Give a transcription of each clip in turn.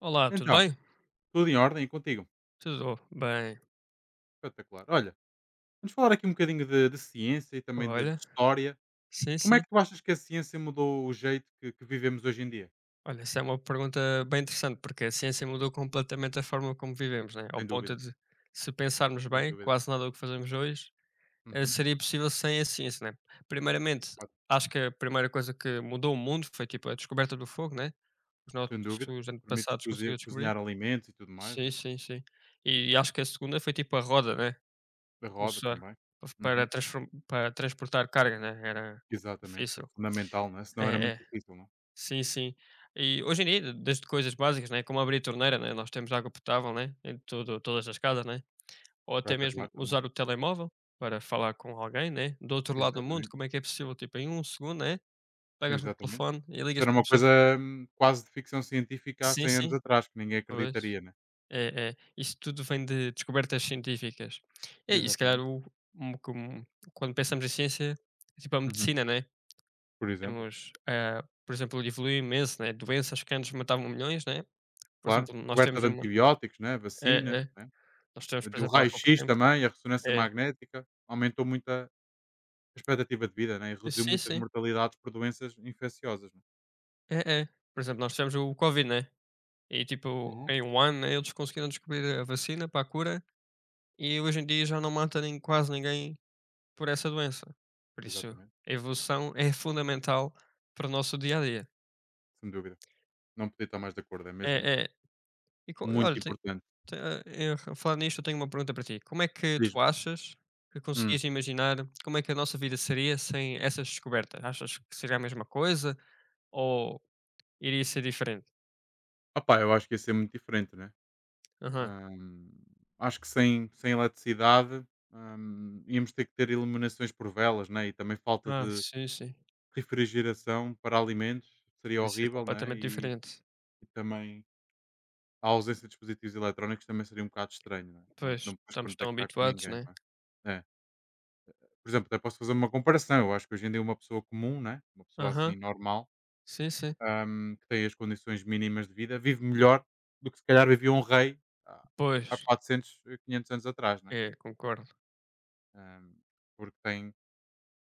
Olá, tudo Então, bem? tudo em ordem e contigo? Tudo bem. Espetacular. Olha, vamos falar aqui um bocadinho de ciência e também de Olha, história. sim, Como é sim. que tu achas que a ciência mudou o jeito que vivemos hoje em dia? Olha, essa é uma pergunta bem interessante, porque a ciência mudou completamente a forma como vivemos, né? Ao Sem ponto dúvida, de, se pensarmos sem bem, dúvida. quase nada do que fazemos hoje Uhum. seria possível sem a ciência, né? Primeiramente, Ótimo. acho que a primeira coisa que mudou o mundo foi tipo a descoberta do fogo, né? Os Sem dúvida. nossos Permite antepassados cozinhar, conseguiram descobrir. cozinhar alimentos e tudo mais, Sim, né? sim, sim. E acho que a segunda foi tipo a roda, né? Da roda Começar também. Uhum. Para transportar carga, né? Era Exatamente. É difícil. fundamental, né? Senão É, era muito é. difícil, não é? Sim, sim. E hoje em dia, desde coisas básicas, né, como abrir a torneira, né, nós temos água potável, né, em todas as casas, né, ou até mesmo Espetacular também. usar o telemóvel para falar com alguém, né, do outro lado do mundo, Exatamente. como é que é possível, tipo, em um segundo, né, pegas no Exatamente. telefone e Isso ligas era para uma uma pessoa. coisa quase de ficção científica há Sim, 100 anos sim, atrás, que ninguém pois. acreditaria, né? É, é. Isso tudo vem de descobertas científicas. É, e se calhar, Exatamente. Um- como- quando pensamos em ciência, é tipo a Uhum. medicina, né, Por exemplo. temos, por exemplo, evoluiu imenso, né, doenças que antes matavam milhões, né, por Claro, exemplo, nós descoberta temos de uma antibióticos, né, vacinas, é, é. né, Nós temos por do exemplo, há pouco raio-x tempo também, a ressonância é. magnética, aumentou muito a expectativa de vida, né, e reduziu Sim, muitas sim. mortalidades por doenças infecciosas, né. É, é. Por exemplo, nós tivemos o Covid, né, e tipo, Uhum, em um ano, né, eles conseguiram descobrir a vacina para a cura e hoje em dia já não mata nem quase ninguém por essa doença. Por isso, exatamente, a evolução é fundamental para o nosso dia a dia. sem dúvida. Não podia estar mais de acordo, é mesmo É, é. E co olha, muito importante. A falar nisto, eu tenho uma pergunta para ti. Como é que tu Diz-me. achas que Hum. conseguias imaginar como é que a nossa vida seria sem essas descobertas? Achas que seria a mesma coisa ou iria ser diferente? Opá, eu acho que ia ser muito diferente, né. Aham. Hum, acho que sem eletricidade, íamos ter que ter iluminações por velas, né, e também falta Ah, de sim, sim. refrigeração para alimentos, seria Isso é horrível, né, completamente diferente. e também a ausência de dispositivos eletrónicos também seria um bocado estranho, não é? Não, Pois, não podes estamos tão contactar com habituados, ninguém, né? não é? É. Por exemplo, até posso fazer uma comparação. Eu acho que hoje em dia uma pessoa comum, né, uma pessoa Aham. assim normal, Sim, sim. Que tem as condições mínimas de vida, vive melhor do que se calhar vivia um rei há Pois, há 400, 500 anos atrás, né? é, concordo. Ahm, porque tem,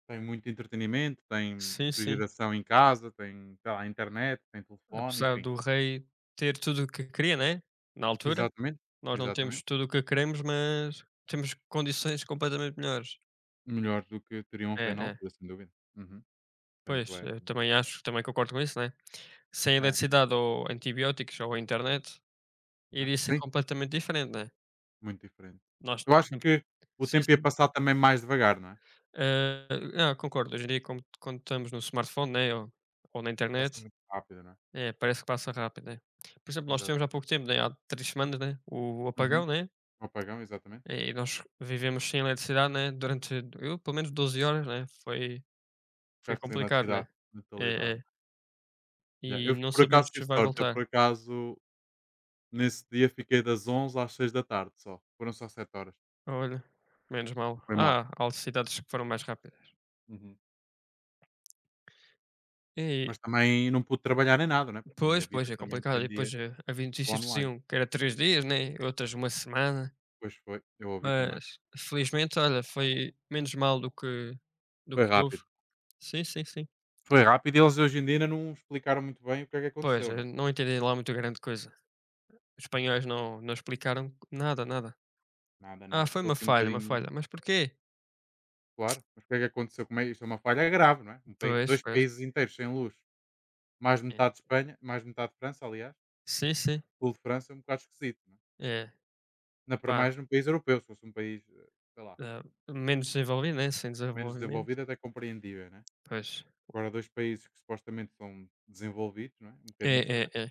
tem muito entretenimento, tem Sim, sim. refrigeração em casa, tem sei lá, internet, tem telefone, Apesar enfim. do rei ter tudo o que queria, né? Na altura, Exatamente, nós não temos exatamente. tudo o que queremos, mas temos condições completamente melhores. Melhor do que teria um É, rei na é. altura, sem dúvida. Uhum. Portanto, Pois, é. eu também acho, também concordo com isso, né? Sem É, eletricidade ou antibióticos ou internet, já. iria ser Sim, completamente diferente, né? muito diferente. Nós, Eu por acho exemplo que o sim, tempo ia sim. passar também mais devagar, não é? Ah, ah, concordo, hoje em dia, como, quando estamos no smartphone, né, ou na Passa internet, muito rápido, não é? é, parece que passa rápido, né? Por exemplo, nós tivemos há Exatamente. pouco tempo, né, há 3 semanas, né, o Uhum. apagão, né? O apagão, exatamente. E nós vivemos sem eletricidade, né, durante, eu, pelo menos 12 horas, né? Foi Ficaste sem complicado, né? eletricidade, É, natalidade. é. Ya, E eu não por sabemos acaso tive se vai sorte, eu voltar. por acaso nesse dia fiquei das 11 às 6 da tarde só. Foram só 7 horas, Olha, menos mal. não foi mal. Ah, há cidades que foram mais rápidas. Uhum. Mas E, também não pude trabalhar em nada, né? Porque a Depois minha pois, vida é também complicado. E dependia depois havia do notícias que online. diziam que era 3 dias, né? Outras uma semana. Pois foi, eu ouvi também. Mas, felizmente, olha, foi menos mal do que do Foi que houve. rápido. Sim, sim, sim. Foi rápido e eles hoje em dia ainda não explicaram muito bem o que é que Pois, aconteceu, não é? não entendi lá muito grande coisa. Os espanhóis não explicaram nada, nada. Nada, Ah, nada. foi Ficou uma assim um falha, uma bocadinho. falha. Mas porquê? Claro, mas o que é que aconteceu? Como é, isto é uma falha grave, não é? Um pai Pois, 2 pois. países inteiros sem luz, mais É. metade de Espanha, mais metade de França, aliás, Sim, sim. sul de França é um bocado esquisito, não é? É, Ainda para pá, mais num país europeu, se fosse um país, sei lá, eh, menos desenvolvido, né, sem menos desenvolvimento. desenvolvido até compreendível, não é? Pois. Agora dois países que supostamente são desenvolvidos, não é? Um bocadinho É, estranho. é, é.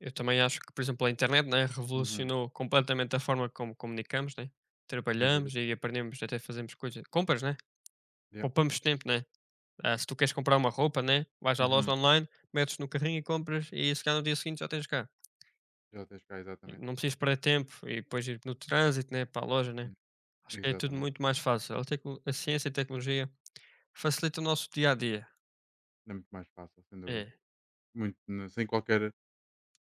Eu também acho que, por exemplo, a internet, né, Uhum, revolucionou completamente a forma como comunicamos, né, sem dúvida. trabalhamos e aprendemos até fazemos coisas compras, né, Yeah. poupamos tempo, né. Ah, se tu queres comprar uma roupa, né? Vais à loja Uhum. online, metes no carrinho e compras e se calhar no dia seguinte já tens cá. Já tens cá, E exatamente. não precisas perder tempo e depois ir no trânsito, né? Para a loja, né? Sim, Acho que é tudo exatamente. muito mais fácil. A ciência e a tecnologia facilita o nosso dia a dia. É muito mais fácil, sem dúvida. É, Muito, sem qualquer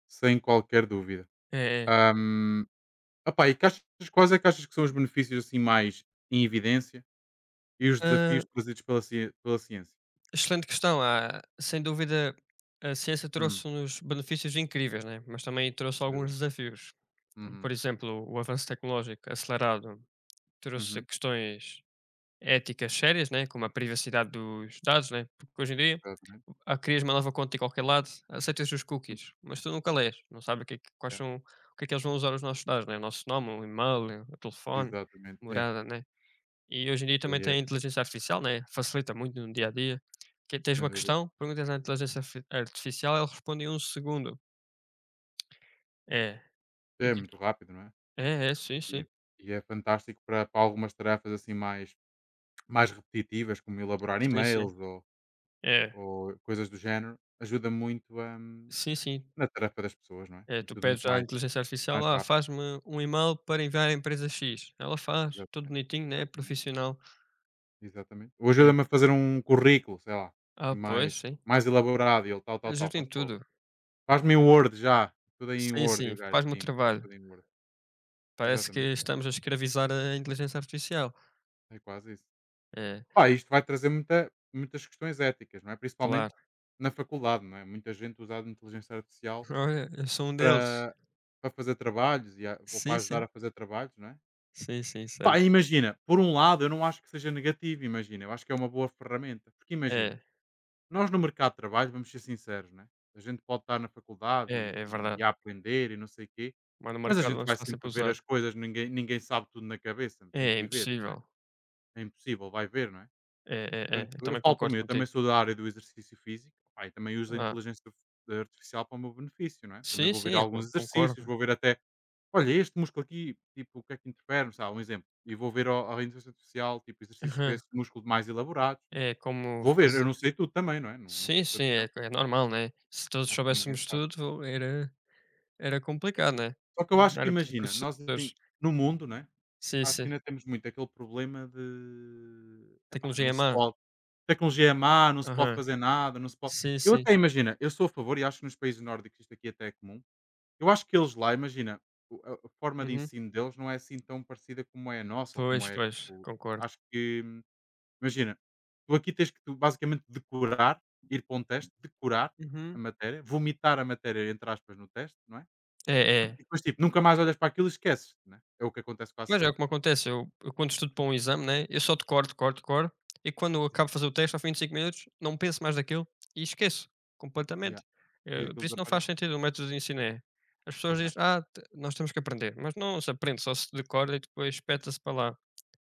sem qualquer dúvida. é, é. Hã. Opá, e que achas, quais é que achas que são os benefícios assim mais em evidência e os Ah, desafios trazidos pela ciência? excelente questão. Ah, sem dúvida, a ciência Hum, trouxe-nos benefícios incríveis, né? Mas também sem trouxe alguns dúvida. desafios. Por Uhum, exemplo, o avanço tecnológico acelerado trouxe uhum, questões éticas sérias, né, como a privacidade dos dados, né, porque hoje em dia exatamente. Crias uma nova conta em qualquer lado, aceitas os Hum, cookies, mas tu nunca lês, não sabes o que é que- quais yeah, são, o que é que eles vão usar os nossos dados, né, o nosso nome, o e-mail, o telefone, exatamente. É, morada, né. E hoje em dia também aí tem a é, inteligência artificial, né, facilita muito no dia a dia. Que é, tens sem uma dúvida. questão, perguntas à inteligência artificial, ela responde em um segundo. Yeah. É. E o É que é, muito rápido, não é? é, é, sim, E, sim. e é fantástico para, para algumas tarefas assim mais, mais repetitivas, como elaborar Sim, sim. e-mails É. ou coisas do género. Ajuda muito Sim, sim. na tarefa das pessoas, não é? É, É tu tudo muito pedes à mais, inteligência artificial: mais "Ah, rápido. faz-me um e-mail para enviar à empresa X". Ela faz, tudo Exatamente. bonitinho, né, Exatamente. profissional. Exatamente. Ou É. ajuda-me a fazer um currículo, sei lá, assim Ah, pois, mais, sim. mais elaborado e ele tal, tal, tal, Ajuda em faz logo. tudo. Faz-me em Word já, tudo aí em Sim, Word e sim, o gajo faz-me o cima, faz trabalho. tudo em Word. Parece Exatamente, que é, estamos a escravizar a inteligência artificial. é quase isso. É, Ah, isto vai trazer muita, muitas questões éticas, não é? Principalmente claro. na faculdade, não é? Muita gente usada de inteligência artificial Olha, eu sou um deles. para, para fazer trabalhos e a- ou Sim, para ajudar sim. a fazer trabalhos, não é? Sim, sim, Pá, certo. imagina, por um lado eu não acho que seja negativo, imagina, eu acho que é uma boa ferramenta, porque imagina, É, nós no mercado de trabalho, vamos ser sinceros, né? A gente pode estar na faculdade é, é e verdade. a aprender e não sei o quê, Mas no mas a mercado gente vamos vai estar sempre sempre a ver usar. as coisas, ninguém sabe tudo na cabeça, tem É, é que ir ver, não é? impossível. É impossível, vai ver, não é? É, é, é. Portanto, Eu eu também falo por mim, concordo eu também contigo. sou da área do exercício físico, pá, e também uso a Ah, inteligência artificial para o meu benefício, não é? Também sim, vou sim, ver eu alguns con- exercícios, concordo. vou ver até, olha, este músculo aqui, tipo, o que é que interfere, sabe? Um exemplo. E vou ver à inteligência artificial, tipo, exercícios para Aham. esse músculo mais elaborados. É como Vou ver, eu fazer não sei tudo também, não é? Não, não sim, sou sim, é, sabichão. é normal, né? Se todos Acho que ninguém soubéssemos sabe. tudo, era Yeah. complicado, né? Só que eu Não. acho Uhum, que era preciso imagina, professores. no mundo, né? Sim, Acho que sim. ainda temos muito aquele problema de epá, Tecnologia não é se má. pode. Tecnologia é má, não se pode Aham. fazer nada, não se pode. Sim, Eu sim. até imagina, eu sou a favor e acho que nos países nórdicos isto aqui é até é comum. Eu acho que eles lá, imagina, a forma de Uhum. ensino deles não é assim tão parecida como é a nossa, ou como Pois, é, pois, tipo, concordo. acho que, imagina, tu aqui tens que tu, basicamente decorar, ir para um teste, decorar a Uhum. matéria, vomitar a matéria, entre aspas, no teste, não é? É, é. E depois, tipo, nunca mais olhas para aquilo e esqueces, né, é o que acontece quase Pois é, o sempre. que me acontece, eu quando estudo para um exame, né, eu só decoro, decoro, decoro, e quando eu acabo Exato. de fazer o teste, ao fim de 5 minutos, não penso mais daquilo e esqueço Yeah, completamente. e aquilo Por isso não faz desaparece. sentido o método de ensino é as pessoas Pois não, dizem: "Ah, te nós temos que aprender", mas não se aprende, só se decora e depois espeta-se para lá.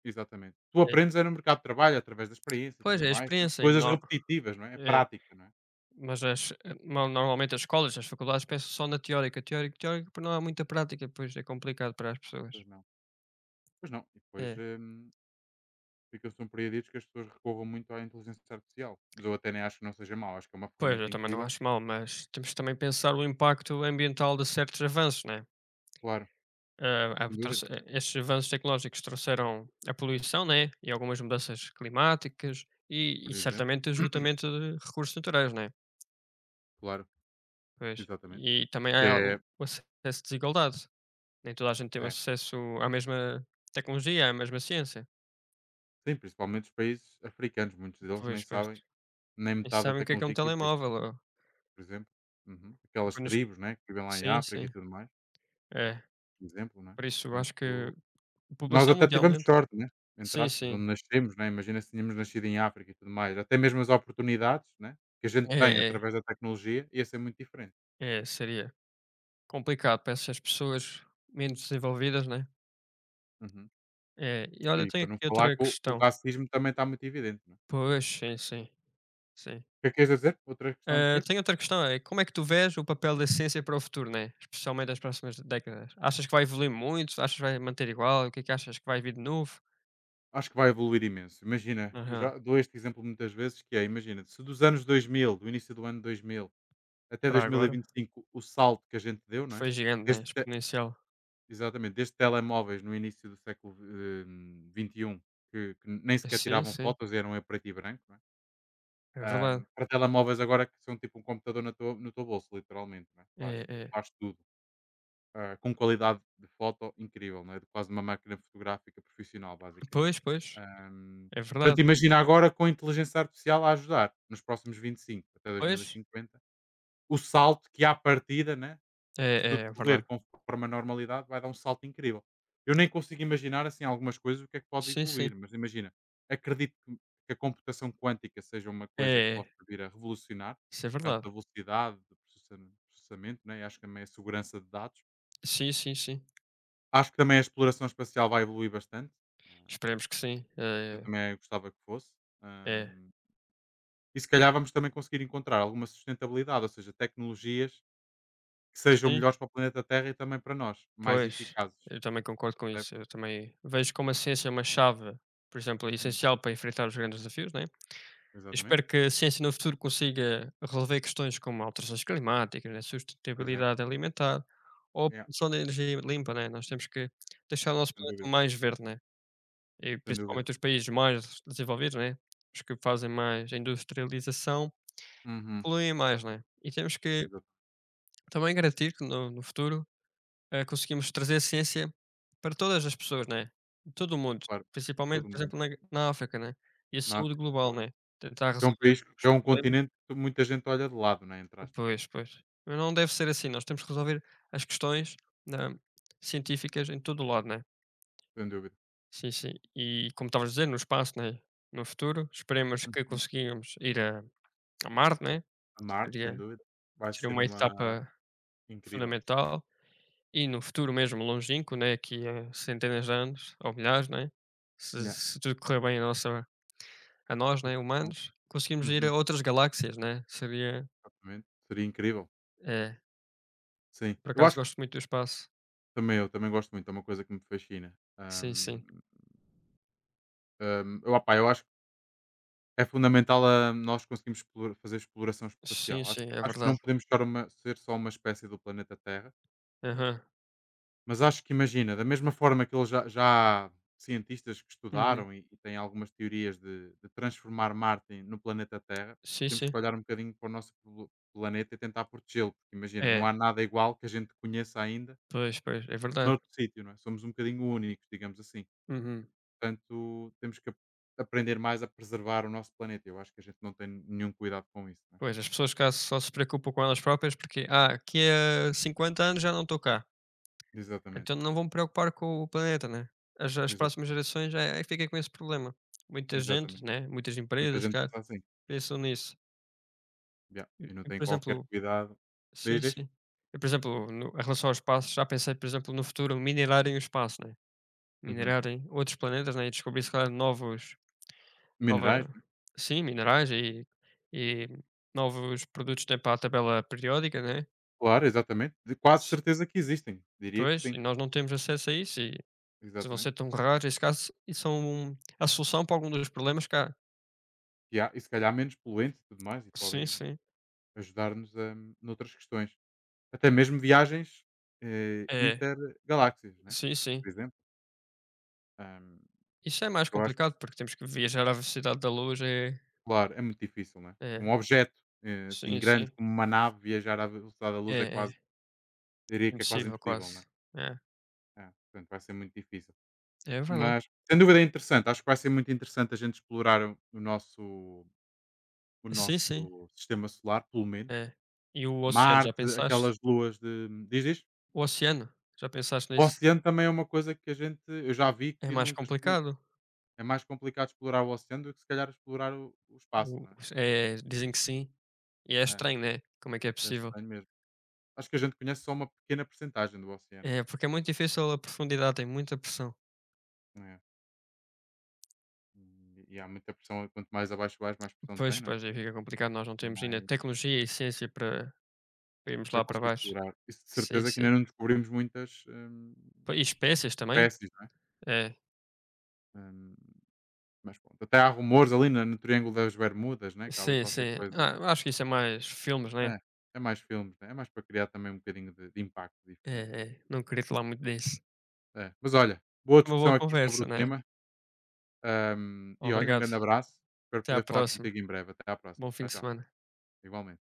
exatamente. Tu É. aprendes é no mercado de trabalho, através da experiência e Pois tudo é, a mais, né, experiência e coisas nó repetitivas, não é, é é, prática, não é? mas as no normalmente as escolas, as faculdades pensam só na teórica, teórica teórica porque não há muita prática, pois é complicado para as pessoas. Pois não, pois não. E depois, É. Ficam surpreendidos que as pessoas recorram muito à inteligência artificial, mas eu até nem acho que não seja mau, acho que é uma Pois, eu ferramenta também não incrível. acho mal, mas temos que também pensar o impacto ambiental de certos avanços, né? Claro, Ah, sem dúvida, estes avanços tecnológicos trouxeram a poluição, né? E algumas mudanças climáticas e, por e exemplo. certamente o esgotamento de recursos naturais, né? Claro, Pois. exatamente. E também Que há é, o acesso de desigualdade. Nem toda a gente tem o é, acesso à mesma tecnologia, à mesma ciência. sim, principalmente os países africanos, muitos deles nem Pois, pois. sabem nem E metade da sabem o que é um tecnologia que existe. telemóvel? Por exemplo. Uhum. Aquelas quando os- tribos, né, que vivem lá em Sim, África sim. e tudo mais, É. por exemplo, né? Por isso, eu acho que Portanto, a nós população até tivemos mundialmente. sorte, né? Entre Sim, aspas, sim. onde nascemos, né? Imagina se tínhamos nascido em África e tudo mais. Até mesmo as oportunidades, né? Que a gente tem É, é. através da tecnologia ia ser muito diferente. É, seria complicado para essas pessoas menos desenvolvidas, né? Uhum. É, e olha, eu E tenho para aqui não falar outra que o questão. racismo também está muito evidente, né? Pois, sim, sim, sim. O que é que queres dizer? Outra questão de Ah, quê? tenho outra questão, é como é que tu vês o papel da ciência para o futuro, né? Especialmente nas próximas décadas. Achas que vai evoluir muito? Achas que vai manter igual? O que é que achas que vai vir de novo? Acho que vai evoluir imenso. Imagina, eu Aham, já dou este exemplo muitas vezes, que é, imagina, se dos anos 2000 do início do ano 2000 até para dois mil e agora. vinte e cinco o salto que a gente deu, não é? Foi gigante, né? Desde Exponencial. exatamente, desde telemóveis no início do século, 21 que nem É, sequer sim, tiravam sim. fotos, eram a preto e branco, não é? É verdade. Para telemóveis agora que são tipo um computador na tua no teu bolso, literalmente, não é? Faz É, é. faz tudo, com qualidade de foto incrível, não é? De quase uma máquina fotográfica profissional, basicamente. Pois, pois. Hã, É portanto, verdade. imagina agora com a inteligência artificial a ajudar, nos próximos 25 até dois mil e Pois. cinquenta o salto que à partida, né? É, Se é, tudo é correr verdade. conforme a normalidade, vai dar um salto incrível. Eu nem consigo imaginar, assim, algumas coisas o que é que pode Sim, sim. evoluir, mas imagina, acredito que a computação quântica seja uma coisa que É, é. possa vir a revolucionar, Isso é por causa verdade. da velocidade de processamento, né? E acho que também a segurança de dados. Sim, sim, sim. Acho que também a exploração espacial vai evoluir bastante. Ah, Esperemos que sim. eu também gostava que fosse. É, hum, e se calhar vamos também conseguir encontrar alguma sustentabilidade, ou seja, tecnologias que que sejam sim. melhores para o planeta Terra e também para nós, mais Pois, eficazes. eu também concordo com isso. Percebes? Eu também vejo como a ciência é uma chave, por exemplo, Uhum. essencial para enfrentar os grandes desafios, né? Eu Exatamente, espero que a ciência no futuro consiga resolver questões como alterações climáticas, né? por exemplo. Sustentabilidade alimentar ou a Yeah, produção de energia limpa, né? Nós temos que deixar o nosso sem planeta dúvida, mais verde, né? E sem dúvida. principalmente os países mais desenvolvidos, né? Os que fazem mais industrialização Uhum. poluem mais, né? E temos que Exato, também garantir que no futuro conseguimos trazer ciência para todas as pessoas, né? Todo o mundo, claro. principalmente, Todo por mundo. exemplo, na África, né? E a Na saúde África, global, claro. né? Tentar Que é um resolver país, que os é um problemas. continente que muita gente olha de lado, né, entre aspas, Pois, pois. Mas não deve ser assim. Nós temos que resolver as questões né, científicas em todo o lado, né? sem dúvida. Sim, sim. E como estavas a dizer, no espaço, né? No futuro, esperemos que Uhum. conseguimos ir a Marte, né? A Marte, sem Seria, dúvida, vai seria ser uma uma etapa incrível. fundamental. E no futuro mesmo longínquo, né, aqui a centenas de anos ou milhares, né, se Yeah. se tudo correr bem a nós, né, Evolução. humanos, conseguimos ir Uhum. a outras galáxias, né, seria Exatamente. Seria incrível. é, Sim. por Eu acaso acho que gosto muito do espaço. também eu também gosto muito, é uma coisa que me fascina. Sim, sim. Eu, opá, eu acho que é fundamental nós conseguimos fazer exploração Sim, espacial. Acho, sim, é acho que não verdade. podemos ser, ser só uma espécie do planeta Terra. Aham. Mas acho que imagina, da mesma forma que eles já há cientistas que Uhum. estudaram e têm algumas teorias de transformar Marte no planeta Terra, Sim, temos sim. que olhar um bocadinho para o nosso planeta e tentar protegê-lo, porque imagina, não É, há nada igual que a gente conheça ainda pois, pois, é verdade. noutro sítio, não é? Somos um bocadinho únicos, digamos assim. Uhum. Portanto, temos que aprender mais a preservar o nosso planeta. Eu acho que a gente não tem nenhum cuidado com isso, não é? Pois, as pessoas cá só se preocupam com elas próprias porque: "Ah, daqui a 50 anos já não estou cá". Exatamente, Então não vou me preocupar com o planeta, né? As próximas exatamente, gerações já é fica com esse problema. Muita gente, exatamente. né? Muitas Muita empresas, gente cara, pensa assim, pensam nisso. yeah, e não tem Por qualquer exemplo, cuidado. sim, Diz, diz. sim. E, por exemplo, no, em relação ao espaço, já pensei, por exemplo, no futuro minerarem o espaço, né? Uhum. Minerarem outros planetas, né? E descobrir, se calhar, Minerais, nova, né, sim, minerais e novos produtos né, para a tabela periódica, né? claro, exatamente, de quase S- certeza que existem, diria que Pois, sim, e nós não temos acesso a isso. Se exatamente. você tão raros esse caso e são a solução para algum dos problemas cá. E há e se calhar menos poluentes e tudo mais e Sim, podem sim. ajudar-nos, a noutras questões. Até mesmo viagens, É. intergaláxias, né, Sim, por sim. exemplo, hum, Isso é mais eu acho que complicado, porque temos que viajar à velocidade da luz, é claro, é muito difícil, né. Um é. objeto, assim Sim, grande sim. como uma nave viajar à velocidade da luz É, é quase, é. diria que é quase Impossível impossível, né. quase. É, É, portanto vai ser muito difícil. é verdade. Mas, sem dúvida é interessante, acho que vai ser muito interessante a gente explorar o o nosso o Sim, sim. nosso sistema solar, pelo menos. É. E o oceano, já Marte, pensaste? aquelas luas de diz, diz? O oceano, já pensaste O nisso? oceano também é uma coisa que a gente eu já vi É que mais nunca explo, complicado. é mais complicado explorar o oceano do que se calhar explorar o espaço, O não é? é, dizem que sim. E é É, estranho, né, como é que é é possível. estranho mesmo. Acho que a gente conhece só uma pequena porcentagem do oceano, não É, é? porque é muito difícil a profundidade, tem muita pressão. É. E e há muita pressão, quanto mais abaixo vais, mais pressão Pois, tem, não é? pois, aí fica complicado, nós não temos ainda Mais tecnologia e ciência para irmos para lá para conseguir baixo. explorar. Isso de Sim, certeza que sim. ainda não descobrimos muitas, Po E espécies também? espécies, não é? É. Hum. Mas pronto, até há rumores ali na no Triângulo das Bermudas, né, que há ali Sim, qualquer sim. coisa. Ah, acho que isso é mais filmes, né. É, é mais filmes, né, é mais para criar também um bocadinho de impacto É, diferente, né. é, não queria falar muito disso. É, mas olha, boa Uma discussão boa aqui sobre conversa, o né. tema, e olha, um Obrigado, grande abraço, espero até à poder falar próxima. contigo em breve, até à próxima. Bom fim Tchau, de tchau, semana. igualmente.